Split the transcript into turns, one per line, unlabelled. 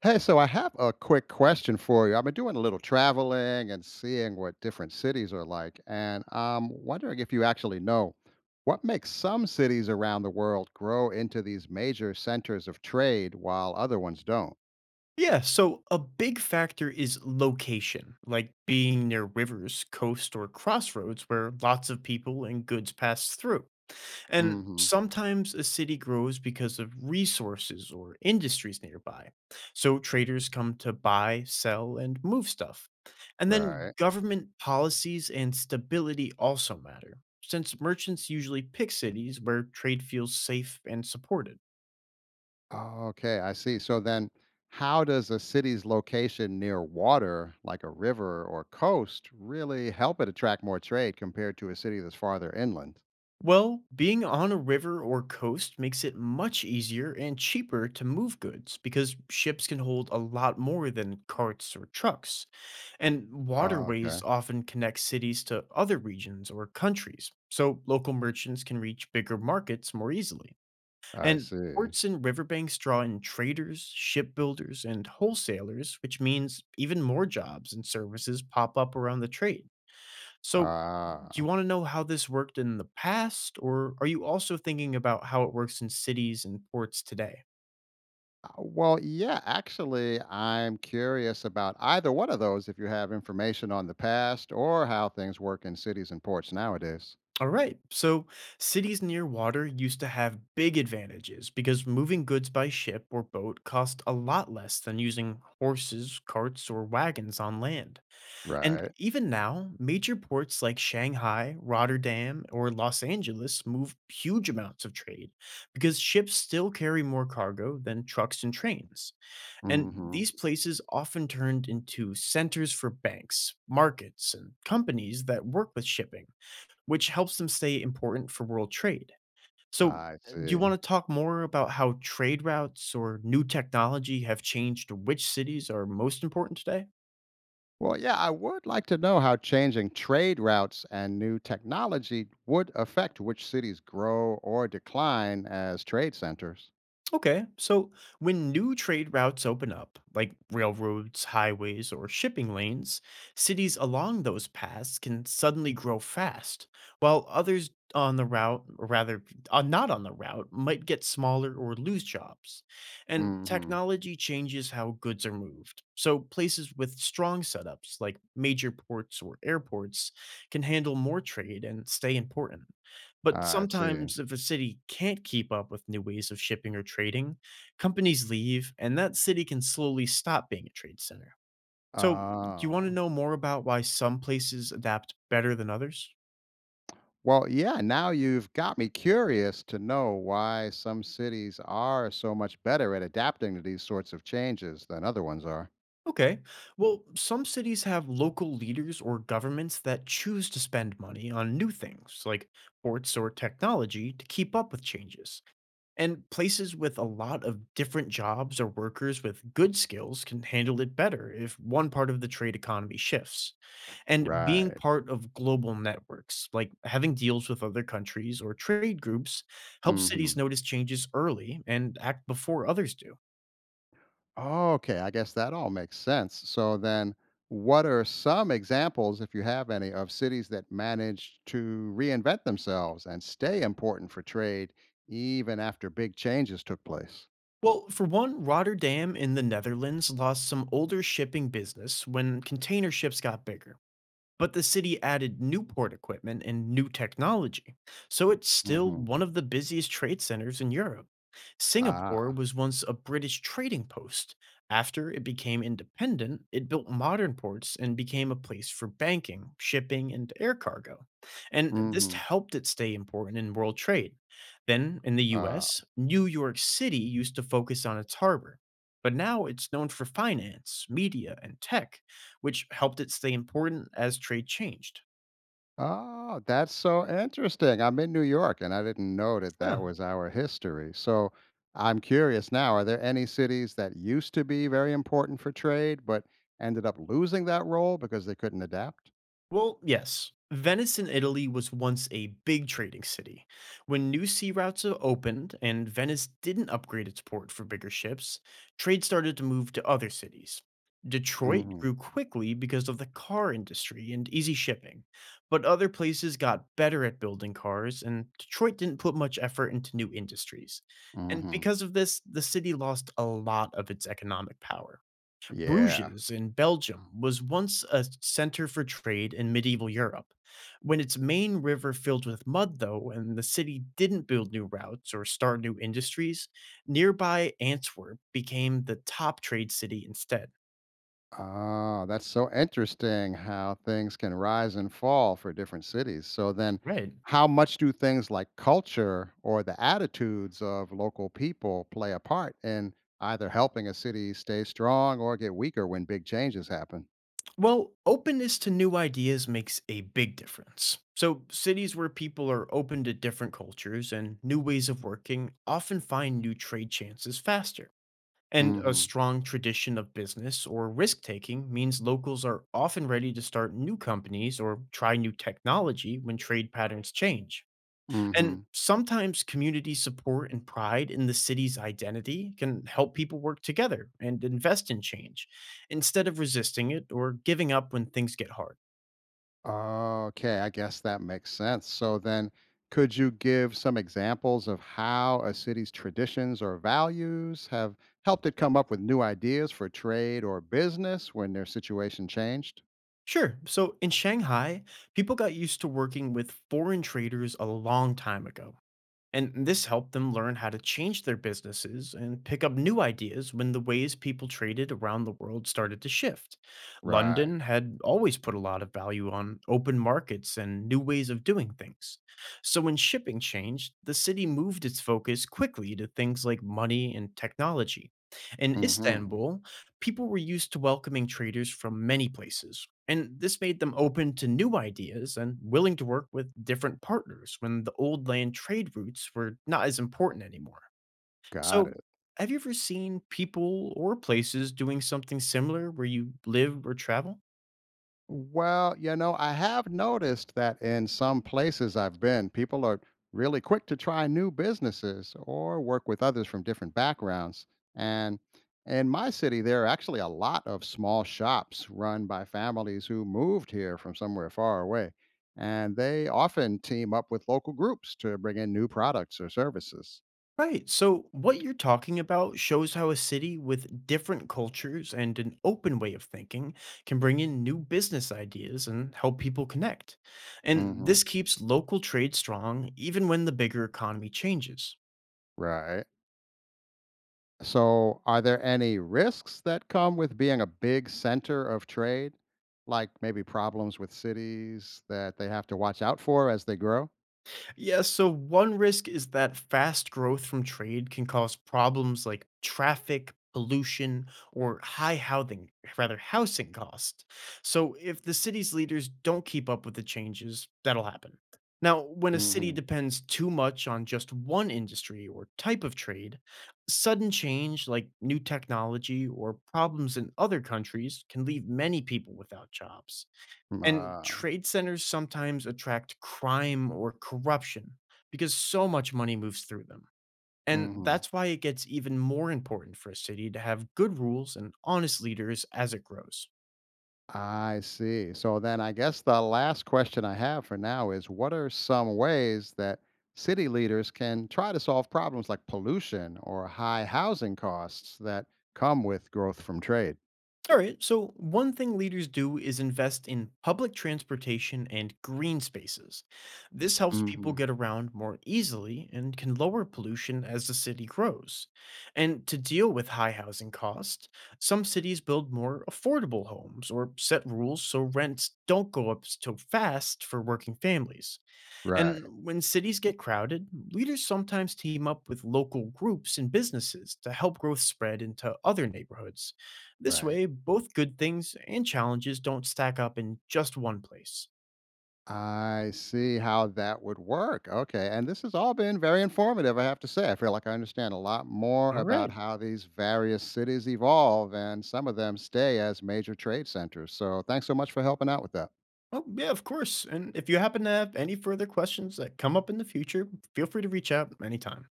Hey, so I have a quick question for you. I've been doing a little traveling and seeing what different cities are like, and I'm wondering if you actually know what makes some cities around the world grow into these major centers of trade while other ones don't.
Yeah, so a big factor is location, like being near rivers, coast, or crossroads where lots of people and goods pass through. And
Hmm.
sometimes a city grows because of resources or industries nearby. So traders come to buy, sell, and move stuff. And then
Right.
government policies and stability also matter, since merchants usually pick cities where trade feels safe and supported.
Okay, I see. So then, how does a city's location near water, like a river or coast, really help it attract more trade compared to a city that's farther inland?
Well, being on a river or coast makes it much easier and cheaper to move goods because ships can hold a lot more than carts or trucks. And
Okay,
waterways often connect cities to other regions or countries, so local merchants can reach bigger markets more easily.
I
And
see.
ports and riverbanks draw in traders, shipbuilders, and wholesalers, which means even more jobs and services pop up around the trade. So, do you
Ah.
want to know how this worked in the past, or are you also thinking about how it works in cities and ports today?
Well, yeah, actually, I'm curious about either one of those if you have information on the past or how things work in cities and ports nowadays.
All right, so cities near water used to have big advantages because moving goods by ship or boat cost a lot less than using horses, carts, or wagons on land. And
Right.
even now, major ports like Shanghai, Rotterdam, or Los Angeles move huge amounts of trade because ships still carry more cargo than trucks and trains. And
Hmm.
these places often turned into centers for banks, markets, and companies that work with shipping, which helps them stay important for world trade. So,
I
do you
see.
want to talk more about how trade routes or new technology have changed which cities are most important today?
Well, yeah, I would like to know how changing trade routes and new technology would affect which cities grow or decline as trade centers.
Okay, so when new trade routes open up, like railroads, highways, or shipping lanes, cities along those paths can suddenly grow fast, while others on the route, or rather not on the route, might get smaller or lose jobs. And
Hmm.
technology changes how goods are moved. So places with strong setups, like major ports or airports, can handle more trade and stay important. But
I see.
sometimes, if a city can't keep up with new ways of shipping or trading, companies leave, and that city can slowly stop being a trade center. So, do you want to
Oh.
know more about why some places adapt better than others?
Well, yeah, now you've got me curious to know why some cities are so much better at adapting to these sorts of changes than other ones are.
Okay. Well, some cities have local leaders or governments that choose to spend money on new things, like ports or technology, to keep up with changes. And places with a lot of different jobs or workers with good skills can handle it better if one part of the trade economy shifts. And being
Right.
part of global networks, like having deals with other countries or trade groups, helps
Hmm.
cities notice changes early and act before others do.
Okay, I guess that all makes sense. So then, what are some examples, if you have any, of cities that managed to reinvent themselves and stay important for trade even after big changes took place?
Well, for one, Rotterdam in the Netherlands lost some older shipping business when container ships got bigger, but the city added Newport equipment and new technology, so it's still
Hmm.
one of the busiest trade centers in Europe. Singapore
Ah.
was once a British trading post. After it became independent, it built modern ports and became a place for banking, shipping, and air cargo. And this
Hmm.
helped it stay important in world trade. Then, in the
Uh,
US, New York City used to focus on its harbor, but now it's known for finance, media, and tech, which helped it stay important as trade changed.
Oh, that's so interesting. I'm in New York and I didn't know that that
Huh.
was our history. So I'm curious now, are there any cities that used to be very important for trade but ended up losing that role because they couldn't adapt?
Well, yes. Venice in Italy was once a big trading city. When new sea routes opened and Venice didn't upgrade its port for bigger ships, trade started to move to other cities. Detroit
Mhm.
grew quickly because of the car industry and easy shipping, but other places got better at building cars, and Detroit didn't put much effort into new industries. And
Mhm.
because of this, the city lost a lot of its economic power.
Yeah.
Bruges in Belgium was once a center for trade in medieval Europe. When its main river filled with mud, though, and the city didn't build new routes or start new industries, nearby Antwerp became the top trade city instead.
Ah, that's so interesting how things can rise and fall for different cities. So then
Right.
how much do things like culture or the attitudes of local people play a part in either helping a city stay strong or get weaker when big changes happen?
Well, openness to new ideas makes a big difference. So, cities where people are open to different cultures and new ways of working often find new trade chances faster. And a
Mhm.
strong tradition of business or risk taking means locals are often ready to start new companies or try new technology when trade patterns change. And
Mhm.
sometimes community support and pride in the city's identity can help people work together and invest in change instead of resisting it or giving up when things get hard.
Okay, I guess that makes sense. So then, could you give some examples of how a city's traditions or values have helped it come up with new ideas for trade or business when their situation changed?
Sure. So in Shanghai, people got used to working with foreign traders a long time ago. And this helped them learn how to change their businesses and pick up new ideas when the ways people traded around the world started to shift.
Right.
London had always put a lot of value on open markets and new ways of doing things. So when shipping changed, the city moved its focus quickly to things like money and technology. In
Mhm.
Istanbul, people were used to welcoming traders from many places, and this made them open to new ideas and willing to work with different partners when the old land trade routes were not as important anymore.
Got
So,
it.
have you ever seen people or places doing something similar where you live or travel?
Well, I have noticed that in some places I've been, people are really quick to try new businesses or work with others from different backgrounds. And in my city, there are actually a lot of small shops run by families who moved here from somewhere far away. And they often team up with local groups to bring in new products or services.
Right. So, what you're talking about shows how a city with different cultures and an open way of thinking can bring in new business ideas and help people connect. And
Hmm.
this keeps local trade strong even when the bigger economy changes.
Right. So, are there any risks that come with being a big center of trade, like maybe problems with cities that they have to watch out for as they grow?
Yeah, so one risk is that fast growth from trade can cause problems like traffic, pollution, or high housing, rather housing cost. So if the city's leaders don't keep up with the changes, that'll happen. Now, when a city
Hmm.
depends too much on just one industry or type of trade, sudden change like new technology or problems in other countries can leave many people without jobs. And
Uh,
trade centers sometimes attract crime or corruption because so much money moves through them. And
hmm.
that's why it gets even more important for a city to have good rules and honest leaders as it grows.
I see. So then, I guess the last question I have for now is: What are some ways that city leaders can try to solve problems like pollution or high housing costs that come with growth from trade?
All right, so one thing leaders do is invest in public transportation and green spaces. This helps people
Hmm.
get around more easily and can lower pollution as the city grows. And to deal with high housing costs, some cities build more affordable homes or set rules so rents don't go up so fast for working families. And
Right.
when cities get crowded, leaders sometimes team up with local groups and businesses to help growth spread into other neighborhoods. This
Right.
way, both good things and challenges don't stack up in just one place.
I see how that would work. Okay. And this has all been very informative, I have to say. I feel like I understand a lot more
All
about
right.
how these various cities evolve, and some of them stay as major trade centers. So thanks so much for helping out with that.
Oh, yeah, of course. And if you happen to have any further questions that come up in the future, feel free to reach out anytime.